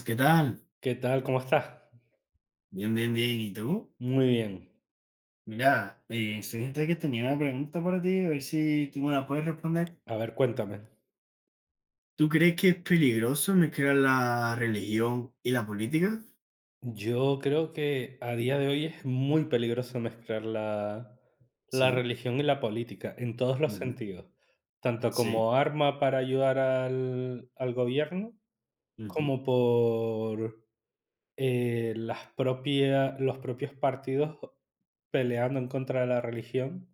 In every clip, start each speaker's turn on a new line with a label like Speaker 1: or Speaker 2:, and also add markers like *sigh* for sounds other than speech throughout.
Speaker 1: Buenas, ¿qué tal?
Speaker 2: ¿Qué tal? ¿Cómo estás?
Speaker 1: Bien, bien, bien. ¿Y tú?
Speaker 2: Muy bien.
Speaker 1: Mira, fíjate que tenía una pregunta para ti, a ver si tú me la puedes responder.
Speaker 2: A ver, cuéntame.
Speaker 1: ¿Tú crees que es peligroso mezclar la religión y la política?
Speaker 2: Yo creo que a día de hoy es muy peligroso mezclar la
Speaker 1: Sí,
Speaker 2: religión y la política en todos los
Speaker 1: ujú,
Speaker 2: sentidos, tanto
Speaker 1: sí,
Speaker 2: como arma para ayudar al gobierno,
Speaker 1: ujú,
Speaker 2: como por los propios partidos peleando en contra de la religión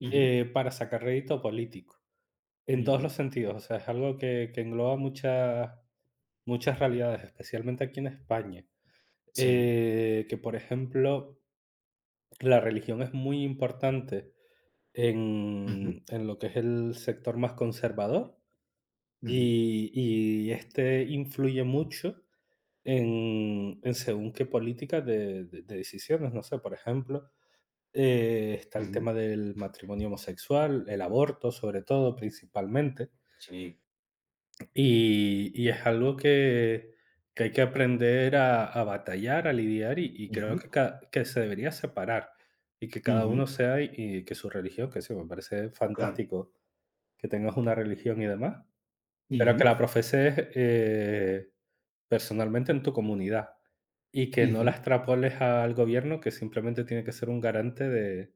Speaker 1: ujú,
Speaker 2: para sacar rédito político, en todos los
Speaker 1: ujú,
Speaker 2: sentidos. O sea, es algo que engloba muchas realidades, especialmente aquí en España,
Speaker 1: sí,
Speaker 2: que, por ejemplo, la religión es muy importante en
Speaker 1: ujú,
Speaker 2: en lo que es el sector más conservador,
Speaker 1: ujú,
Speaker 2: y y este influye mucho en según qué políticas de decisiones. No sé, por ejemplo, está el
Speaker 1: ujú,
Speaker 2: tema del matrimonio homosexual, el aborto, sobre todo, principalmente.
Speaker 1: sí,
Speaker 2: Y es algo que hay que aprender a batallar, a lidiar, y creo que
Speaker 1: ujú,
Speaker 2: ca que se debería separar, y que cada
Speaker 1: ujú,
Speaker 2: uno sea y que su religión, que sí, me parece
Speaker 1: claro,
Speaker 2: fantástico que tengas una religión y demás, pero que
Speaker 1: ujú,
Speaker 2: la profeses, personalmente en tu comunidad, y que no la
Speaker 1: ujú,
Speaker 2: extrapoles al gobierno, que simplemente tiene que ser un garante de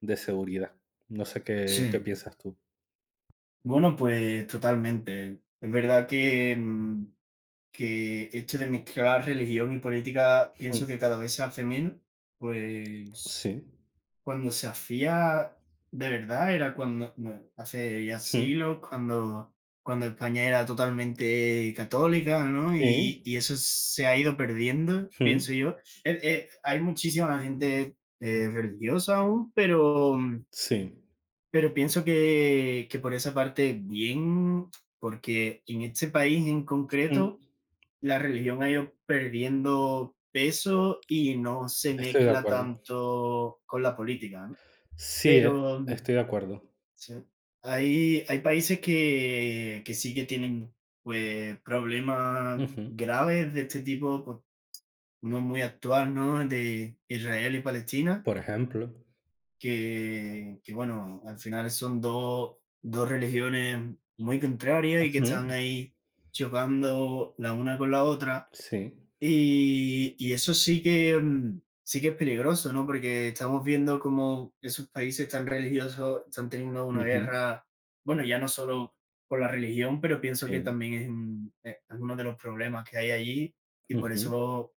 Speaker 2: de seguridad. No sé qué
Speaker 1: sí.
Speaker 2: piensas tú.
Speaker 1: Bueno, pues totalmente. Es verdad que que esto de mezclar religión y política
Speaker 2: Mm,
Speaker 1: pienso que cada vez se hace menos, pues
Speaker 2: sí.
Speaker 1: cuando se hacía de verdad era cuando, no, hace ya
Speaker 2: Mm,
Speaker 1: siglos, cuando, España era totalmente católica, ¿no?
Speaker 2: sí.
Speaker 1: Y eso se ha ido perdiendo,
Speaker 2: Mm,
Speaker 1: pienso yo. Hay muchísima gente religiosa aún, pero,
Speaker 2: sí.
Speaker 1: pienso que, por esa parte bien, porque en este país en
Speaker 2: Mm.
Speaker 1: concreto la religión ha ido perdiendo peso y no se
Speaker 2: Estoy de
Speaker 1: mezcla
Speaker 2: acuerdo.
Speaker 1: tanto con la política, ¿no?
Speaker 2: Sí,
Speaker 1: Pero
Speaker 2: estoy de acuerdo.
Speaker 1: sí, hay, países que, sí que tienen, pues, problemas
Speaker 2: Ujú.
Speaker 1: graves de este tipo. Pues uno muy actual, ¿no? De Israel y Palestina,
Speaker 2: Por ejemplo.
Speaker 1: que, bueno, al final son dos, religiones muy contrarias y que están
Speaker 2: Ujú.
Speaker 1: ahí chocando la una con la otra.
Speaker 2: Sí.
Speaker 1: Y eso sí que, sí que es peligroso, ¿no? Porque estamos viendo cómo esos países tan religiosos están teniendo una
Speaker 2: Ujú.
Speaker 1: guerra, bueno, ya no solo por la religión, pero pienso que
Speaker 2: Sí.
Speaker 1: también es, es uno de los problemas que hay allí, y por
Speaker 2: Ujú.
Speaker 1: eso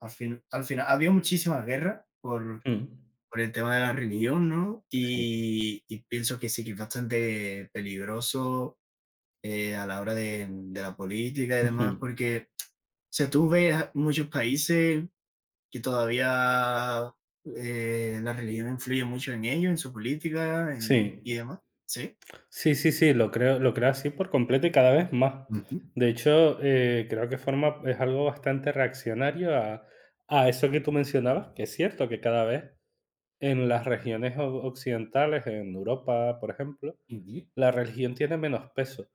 Speaker 1: al final había muchísimas guerras por,
Speaker 2: Mm.
Speaker 1: el tema de la religión, ¿no?
Speaker 2: Sí.
Speaker 1: Y pienso que sí que es bastante peligroso a la hora de, la política y demás,
Speaker 2: Ujú.
Speaker 1: porque, o sea, tú ves a muchos países que todavía, la religión influye mucho en ello, en su política
Speaker 2: Sí.
Speaker 1: y demás. Sí.
Speaker 2: Sí, sí, sí, lo creo así por completo y cada vez más.
Speaker 1: Ujú,
Speaker 2: De hecho, creo que forma es algo bastante reaccionario a eso que tú mencionabas, que es cierto que cada vez en las regiones o occidentales, en Europa, por ejemplo,
Speaker 1: ujú,
Speaker 2: la religión tiene menos peso.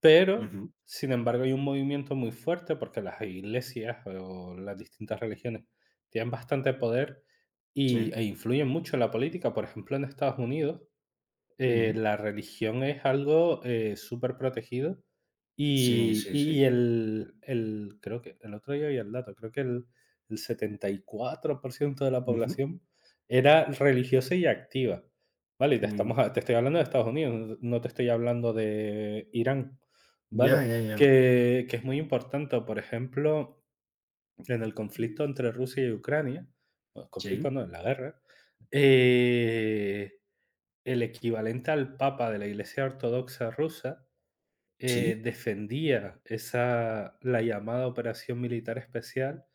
Speaker 2: Pero,
Speaker 1: ujú,
Speaker 2: sin embargo, hay un movimiento muy fuerte porque las iglesias o las distintas religiones tienen bastante poder y, e
Speaker 1: sí.
Speaker 2: influyen mucho en la política. Por ejemplo, en Estados Unidos
Speaker 1: Ujú,
Speaker 2: la religión es algo, súper protegido
Speaker 1: sí,
Speaker 2: y
Speaker 1: sí,
Speaker 2: y y
Speaker 1: sí.
Speaker 2: el creo que el otro día vi el dato, creo que el 74% de la
Speaker 1: Ujú,
Speaker 2: población era religiosa y activa, ¿vale? Y
Speaker 1: mm,
Speaker 2: te estoy hablando de Estados Unidos, no te estoy hablando de Irán,
Speaker 1: ya,
Speaker 2: ¿vale?
Speaker 1: ya, ya.
Speaker 2: Que es muy importante, por ejemplo, en el conflicto
Speaker 1: Mm,
Speaker 2: entre Rusia y Ucrania, bueno, conflicto
Speaker 1: sí,
Speaker 2: no, en la guerra, eh, el equivalente al Papa de la Iglesia Ortodoxa rusa
Speaker 1: sí.
Speaker 2: defendía esa, la llamada operación militar especial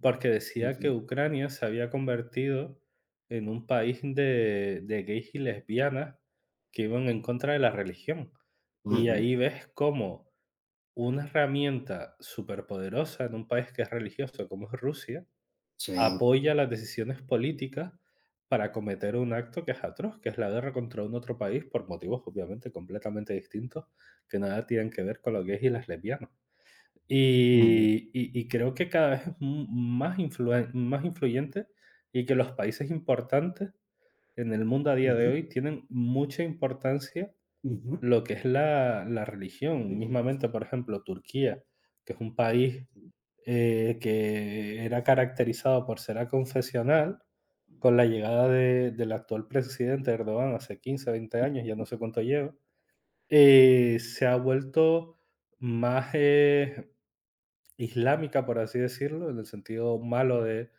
Speaker 2: porque decía que
Speaker 1: Ujú,
Speaker 2: Ucrania se había convertido en un país de gays y lesbianas que iban en contra de la religión. Y
Speaker 1: ujú,
Speaker 2: ahí ves cómo una herramienta superpoderosa en un país que es religioso como es Rusia
Speaker 1: sí.
Speaker 2: apoya las decisiones políticas para cometer un acto que es atroz, que es la guerra contra un otro país por motivos obviamente completamente distintos que nada tienen que ver con los gays y las lesbianas.
Speaker 1: Ujú,
Speaker 2: Y creo que cada vez es m más influyente y que los países importantes en el mundo a día de
Speaker 1: ujú,
Speaker 2: hoy tienen mucha importancia
Speaker 1: ujú,
Speaker 2: lo que es la religión,
Speaker 1: ujú,
Speaker 2: mismamente, por ejemplo, Turquía, que es un país, que era caracterizado por ser aconfesional, con la llegada de del actual presidente Erdogan hace 15 20 años, ya no sé cuánto lleva, se ha vuelto más, islámica, por así decirlo, en el sentido malo de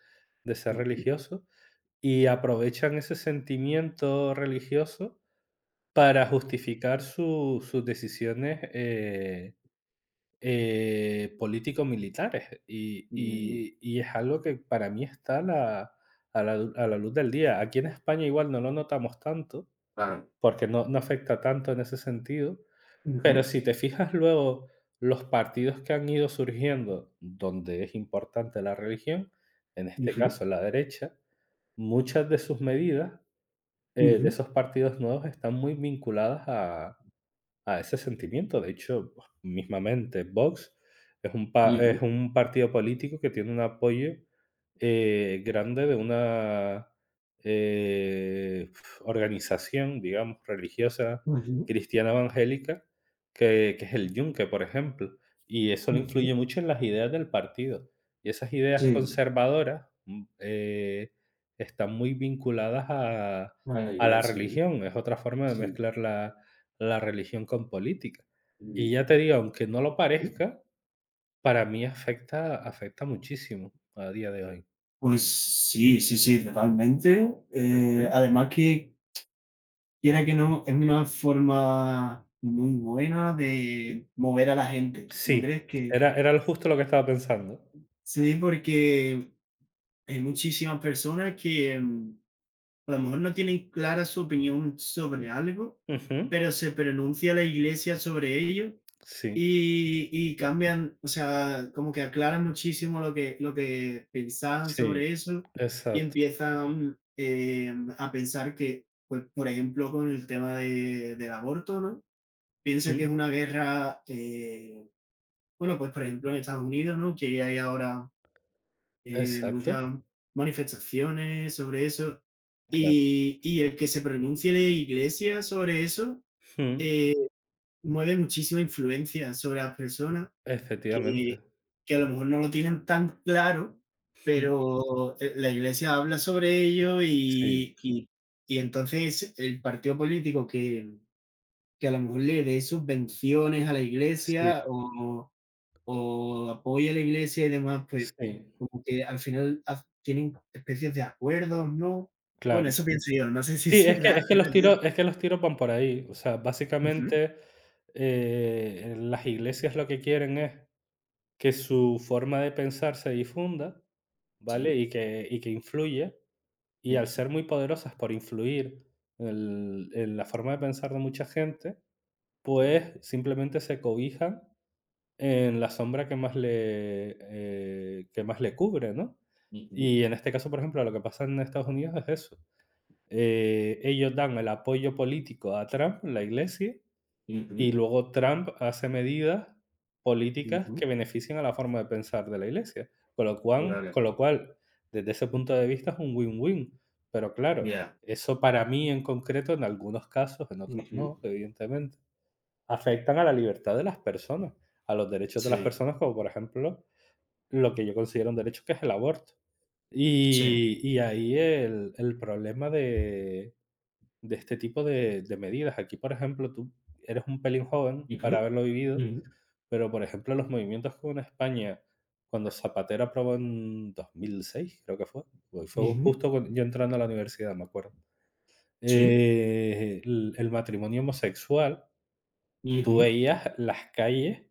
Speaker 2: de ser
Speaker 1: ujú,
Speaker 2: religioso, y aprovechan ese sentimiento religioso para justificar su sus decisiones, político-militares. Y
Speaker 1: mm,
Speaker 2: y y es algo que para mí está a la luz del día. Aquí en España igual no lo notamos tanto,
Speaker 1: claro.
Speaker 2: porque no afecta tanto en ese sentido, pero
Speaker 1: Ujú,
Speaker 2: si te fijas luego los partidos que han ido surgiendo donde es importante la religión, en este
Speaker 1: ujú,
Speaker 2: caso la derecha, muchas de sus medidas, de
Speaker 1: ujú,
Speaker 2: esos partidos nuevos están muy vinculadas a ese sentimiento. De hecho, mismamente, Vox es un, pa-
Speaker 1: ujú,
Speaker 2: es un partido político que tiene un apoyo grande de una eh, organización, digamos, religiosa
Speaker 1: ujú,
Speaker 2: cristiana evangélica, que es el Yunque, por ejemplo. Y eso le influye
Speaker 1: ujú,
Speaker 2: mucho en las ideas del partido. Y esas ideas
Speaker 1: sí.
Speaker 2: conservadoras están muy vinculadas a,
Speaker 1: Vale,
Speaker 2: a la
Speaker 1: bien, sí.
Speaker 2: religión. Es otra forma de
Speaker 1: Sí.
Speaker 2: mezclar la religión con política. Y ya te
Speaker 1: Ujú.
Speaker 2: digo, aunque no lo parezca, para mí afecta muchísimo a día de hoy.
Speaker 1: Pues sí, sí, sí, totalmente.
Speaker 2: Ujú.
Speaker 1: Además que, quiera que no, es una forma muy buena de mover a la gente. ¿No
Speaker 2: Sí,
Speaker 1: crees que?
Speaker 2: era lo justo lo que estaba pensando.
Speaker 1: Sí, porque hay muchísimas personas que, a lo mejor no tienen clara su opinión sobre algo,
Speaker 2: Ujú.
Speaker 1: pero se pronuncia la iglesia sobre ello
Speaker 2: Sí,
Speaker 1: y cambian, o sea, como que aclaran muchísimo lo que, pensaban
Speaker 2: sí,
Speaker 1: sobre eso, y
Speaker 2: exacto.
Speaker 1: empiezan, a pensar que, pues, por ejemplo, con el tema del aborto, ¿no? Piensa que es
Speaker 2: Mm,
Speaker 1: una guerra, bueno, pues por ejemplo en Estados Unidos, ¿no? Que hay ahora
Speaker 2: exacto,
Speaker 1: muchas manifestaciones sobre eso.
Speaker 2: claro.
Speaker 1: Y el que se pronuncie la iglesia sobre eso,
Speaker 2: Mm,
Speaker 1: eh, mueve muchísima influencia sobre las personas que,
Speaker 2: efectivamente.
Speaker 1: a lo mejor no lo tienen tan claro,
Speaker 2: Mm,
Speaker 1: pero, la iglesia habla sobre ello
Speaker 2: sí,
Speaker 1: y, entonces el partido político que, a lo mejor le dé subvenciones a la
Speaker 2: sí,
Speaker 1: iglesia, o, apoya a la iglesia y demás, pues
Speaker 2: sí,
Speaker 1: como que al final tienen especies de acuerdos, ¿no? Bueno,
Speaker 2: claro.
Speaker 1: eso pienso yo, no sé si *laughs*
Speaker 2: Sí, es que
Speaker 1: será.
Speaker 2: los tiros van por ahí. O sea,
Speaker 1: Ujú,
Speaker 2: básicamente, las iglesias lo que quieren es que su forma de pensar se difunda, ¿vale?
Speaker 1: sí.
Speaker 2: Y que influye. Y al
Speaker 1: Ujú,
Speaker 2: ser muy poderosas por influir en la forma de pensar de mucha gente,
Speaker 1: sí,
Speaker 2: pues simplemente se cobijan en la sombra que más le cubre, ¿no?
Speaker 1: ujú,
Speaker 2: Y en este caso, por ejemplo, lo que pasa en Estados Unidos es eso. Ellos dan el apoyo político a Trump, la iglesia,
Speaker 1: ujú,
Speaker 2: y luego Trump hace medidas políticas
Speaker 1: ujú,
Speaker 2: que benefician a la forma de pensar de la Iglesia, con lo cual
Speaker 1: claro,
Speaker 2: con lo cual, desde ese punto de vista es un win-win. Pero claro,
Speaker 1: ya.
Speaker 2: eso para mí en concreto, en algunos casos, en otros
Speaker 1: Ujú,
Speaker 2: no, evidentemente, afectan a la libertad de las personas, a los derechos de las
Speaker 1: sí,
Speaker 2: personas, como por ejemplo, lo que yo considero un derecho, que es el aborto.
Speaker 1: sí.
Speaker 2: Y ahí el problema de este tipo de medidas. Aquí, por ejemplo, tú eres un pelín joven
Speaker 1: Ujú,
Speaker 2: para haberlo vivido,
Speaker 1: ujú,
Speaker 2: pero, por ejemplo, los movimientos con España, cuando Zapatero aprobó en 2006, creo que fue, pues fue
Speaker 1: ujú,
Speaker 2: justo cuando yo entrando a la universidad, me acuerdo,
Speaker 1: sí,
Speaker 2: el matrimonio homosexual, tú
Speaker 1: ujú,
Speaker 2: veías las calles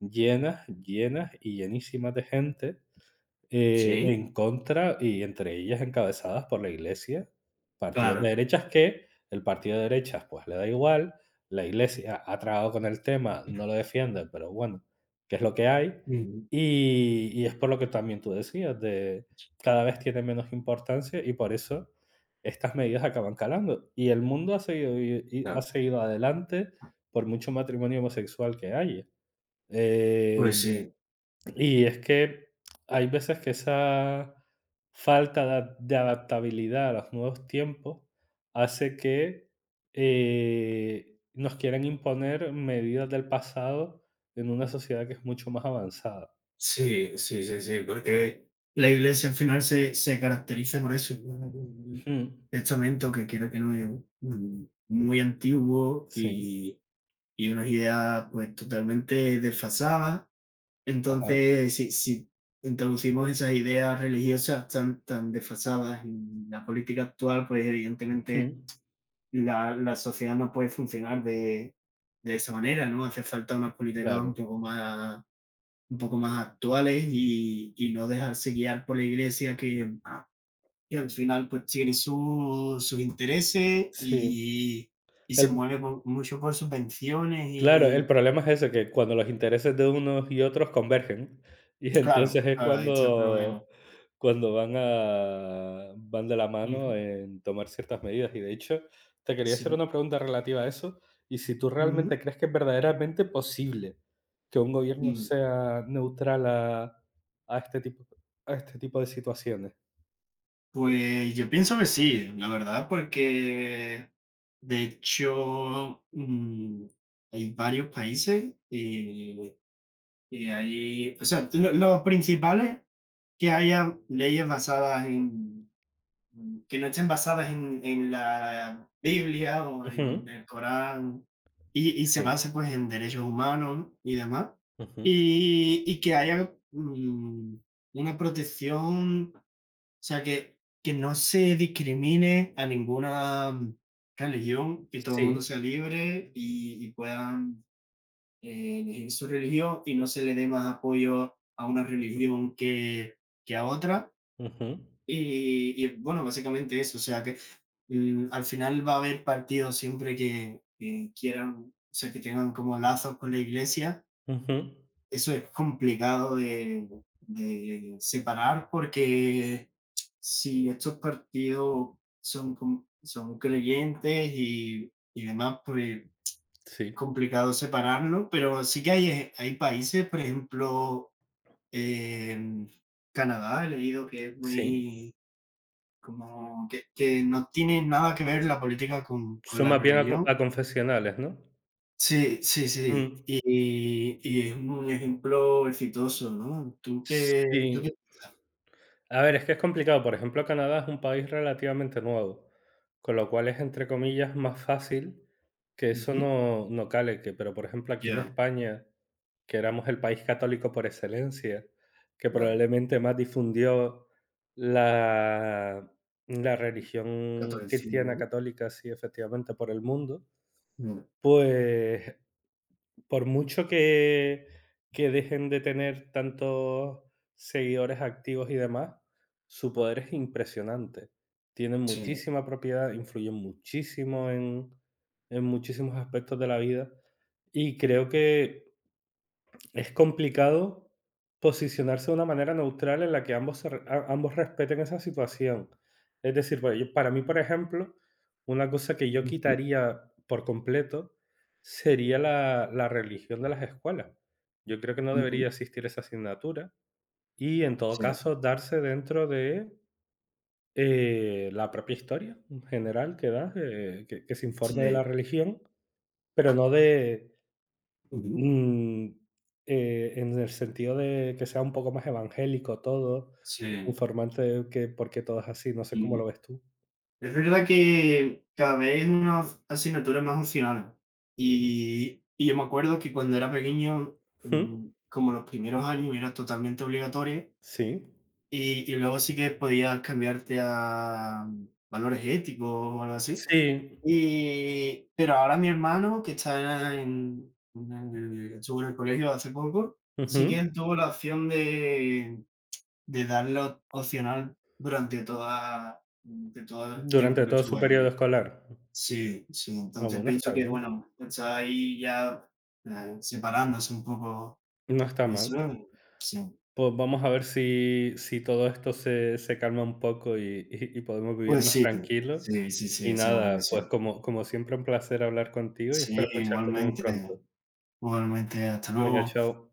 Speaker 2: llenas, llenas y llenísimas de gente
Speaker 1: sí,
Speaker 2: en contra y entre ellas encabezadas por la Iglesia, partidos de
Speaker 1: claro.
Speaker 2: derechas que el partido de derechas, pues, le da igual, la Iglesia ha trabajado con el tema, no lo defiende, pero bueno, que es lo que hay.
Speaker 1: Ujú,
Speaker 2: Y es por lo que también tú decías, de cada vez tiene menos importancia y por eso estas medidas acaban calando. Y el mundo ha seguido y ha
Speaker 1: claro.
Speaker 2: seguido adelante por mucho matrimonio homosexual que haya. Eh
Speaker 1: Pues sí.
Speaker 2: y es que hay veces que esa falta de adaptabilidad a los nuevos tiempos hace que, eh, nos quieran imponer medidas del pasado en una sociedad que es mucho más avanzada.
Speaker 1: Sí, sí, sí, sí, porque la iglesia al final se, caracteriza por eso, ¿no? Un
Speaker 2: Mm.
Speaker 1: testamento que quiero que no es, muy antiguo,
Speaker 2: Sí,
Speaker 1: y unas ideas pues totalmente desfasadas.
Speaker 2: ajá.
Speaker 1: Entonces, si, introducimos esas ideas religiosas tan, desfasadas en la política actual, pues evidentemente
Speaker 2: Mm,
Speaker 1: la, sociedad no puede funcionar de, esa manera, ¿no? Hace falta unas políticas
Speaker 2: claro.
Speaker 1: un poco más, actuales, y no dejarse guiar por la iglesia que al final pues tiene sus intereses,
Speaker 2: Sí.
Speaker 1: y se
Speaker 2: El
Speaker 1: mueve mucho por subvenciones,
Speaker 2: Claro, el
Speaker 1: y
Speaker 2: problema es ese, que cuando los intereses de unos y otros convergen, *laughs* y entonces
Speaker 1: claro,
Speaker 2: es
Speaker 1: ahí está el
Speaker 2: cuando
Speaker 1: problema.
Speaker 2: van de la mano
Speaker 1: Ujú,
Speaker 2: en tomar ciertas medidas. Y de hecho, te quería hacer
Speaker 1: sí.
Speaker 2: una pregunta relativa a eso, y si tú realmente
Speaker 1: Ujú.
Speaker 2: crees que es verdaderamente posible que un gobierno
Speaker 1: Mm.
Speaker 2: sea neutral a este tipo de situaciones.
Speaker 1: Pues yo pienso que sí, la verdad, porque de hecho, hay varios países, y hay, o sea, los principales, que haya leyes basadas en, que no estén basadas en, la Biblia o
Speaker 2: Ujú.
Speaker 1: en el Corán, y se
Speaker 2: Sí.
Speaker 1: base pues en derechos humanos y demás.
Speaker 2: Ujú.
Speaker 1: Y que haya, una protección, o sea, que, no se discrimine a ninguna religión, que todo el
Speaker 2: Sí.
Speaker 1: mundo sea libre, y puedan, elegir su religión y no se le dé más apoyo a una religión que, a otra
Speaker 2: Ujú.
Speaker 1: y, bueno, básicamente eso, o sea, que, al final va a haber partidos siempre que, quieran, o sea, que tengan como lazos con la iglesia.
Speaker 2: Ujú.
Speaker 1: Eso es complicado de, separar porque si estos partidos son creyentes, y demás, pues es
Speaker 2: Sí.
Speaker 1: complicado separarlo, pero sí que hay, hay países, por ejemplo, eh, Canadá, he leído que es
Speaker 2: Sí.
Speaker 1: muy, como que, no tiene nada que ver la política con,
Speaker 2: Son
Speaker 1: la
Speaker 2: más bien
Speaker 1: religión.
Speaker 2: a confesionales, ¿no?
Speaker 1: Sí, sí,
Speaker 2: Mm.
Speaker 1: sí. Y es un ejemplo exitoso, ¿no? Tú
Speaker 2: Sí.
Speaker 1: que...
Speaker 2: A ver, es que es complicado. Por ejemplo, Canadá es un país relativamente nuevo, con lo cual es, entre comillas, más fácil que eso
Speaker 1: Ujú.
Speaker 2: no cale, que pero, por ejemplo, aquí en
Speaker 1: Ya,
Speaker 2: España, que éramos el país católico por excelencia, que
Speaker 1: ya.
Speaker 2: probablemente más difundió la la religión cristiana
Speaker 1: Catolicismo, ¿no?
Speaker 2: católica, sí, efectivamente, por el mundo,
Speaker 1: Mm,
Speaker 2: pues por mucho que dejen de tener tantos seguidores activos y demás, su poder es impresionante. Tienen
Speaker 1: sí.
Speaker 2: muchísima propiedad, influyen muchísimo en muchísimos aspectos de la vida y creo que es complicado posicionarse de una manera neutral en la que ambos, ambos respeten esa situación. Es decir, bueno, para mí, por ejemplo, una cosa que yo
Speaker 1: Ujú,
Speaker 2: quitaría por completo sería la religión de las escuelas. Yo creo que no debería
Speaker 1: ujú.
Speaker 2: existir esa asignatura y en todo
Speaker 1: Sí,
Speaker 2: caso darse dentro de la propia historia en general que da, que se informe de la
Speaker 1: sí.
Speaker 2: religión, pero no de,
Speaker 1: Ujú,
Speaker 2: Mm, en el sentido de que sea un poco más evangélico todo,
Speaker 1: sí.
Speaker 2: informante que porque todo es así, no sé cómo lo ves tú.
Speaker 1: Es verdad que cada vez es una asignatura más opcional. Y yo me acuerdo que cuando era pequeño,
Speaker 2: Ujú,
Speaker 1: como los primeros años, era totalmente obligatoria.
Speaker 2: sí,
Speaker 1: Y luego sí que podías cambiarte a, valores éticos o algo así.
Speaker 2: sí,
Speaker 1: Y, pero ahora mi hermano, que está en el, estuvo en el colegio hace poco, sí que
Speaker 2: ujú,
Speaker 1: él tuvo la opción de, darlo opcional durante de todo el
Speaker 2: durante
Speaker 1: tiempo que
Speaker 2: todo
Speaker 1: estuvo
Speaker 2: su periodo
Speaker 1: allí.
Speaker 2: escolar.
Speaker 1: Sí, sí,
Speaker 2: Ah,
Speaker 1: entonces
Speaker 2: bueno,
Speaker 1: pienso
Speaker 2: está
Speaker 1: que,
Speaker 2: bien,
Speaker 1: bueno, está ahí ya, separándose un poco
Speaker 2: no está mal.
Speaker 1: eso, sí.
Speaker 2: Pues vamos a ver si todo esto se calma un poco y podemos vivir
Speaker 1: Pues
Speaker 2: más
Speaker 1: sí,
Speaker 2: tranquilos.
Speaker 1: sí, sí,
Speaker 2: Y
Speaker 1: sí, seguro que
Speaker 2: nada, pues
Speaker 1: sí.
Speaker 2: como siempre un placer hablar contigo y
Speaker 1: Sí,
Speaker 2: espero escucharte muy
Speaker 1: igualmente,
Speaker 2: pronto.
Speaker 1: igualmente, hasta
Speaker 2: Venga,
Speaker 1: luego.
Speaker 2: chao.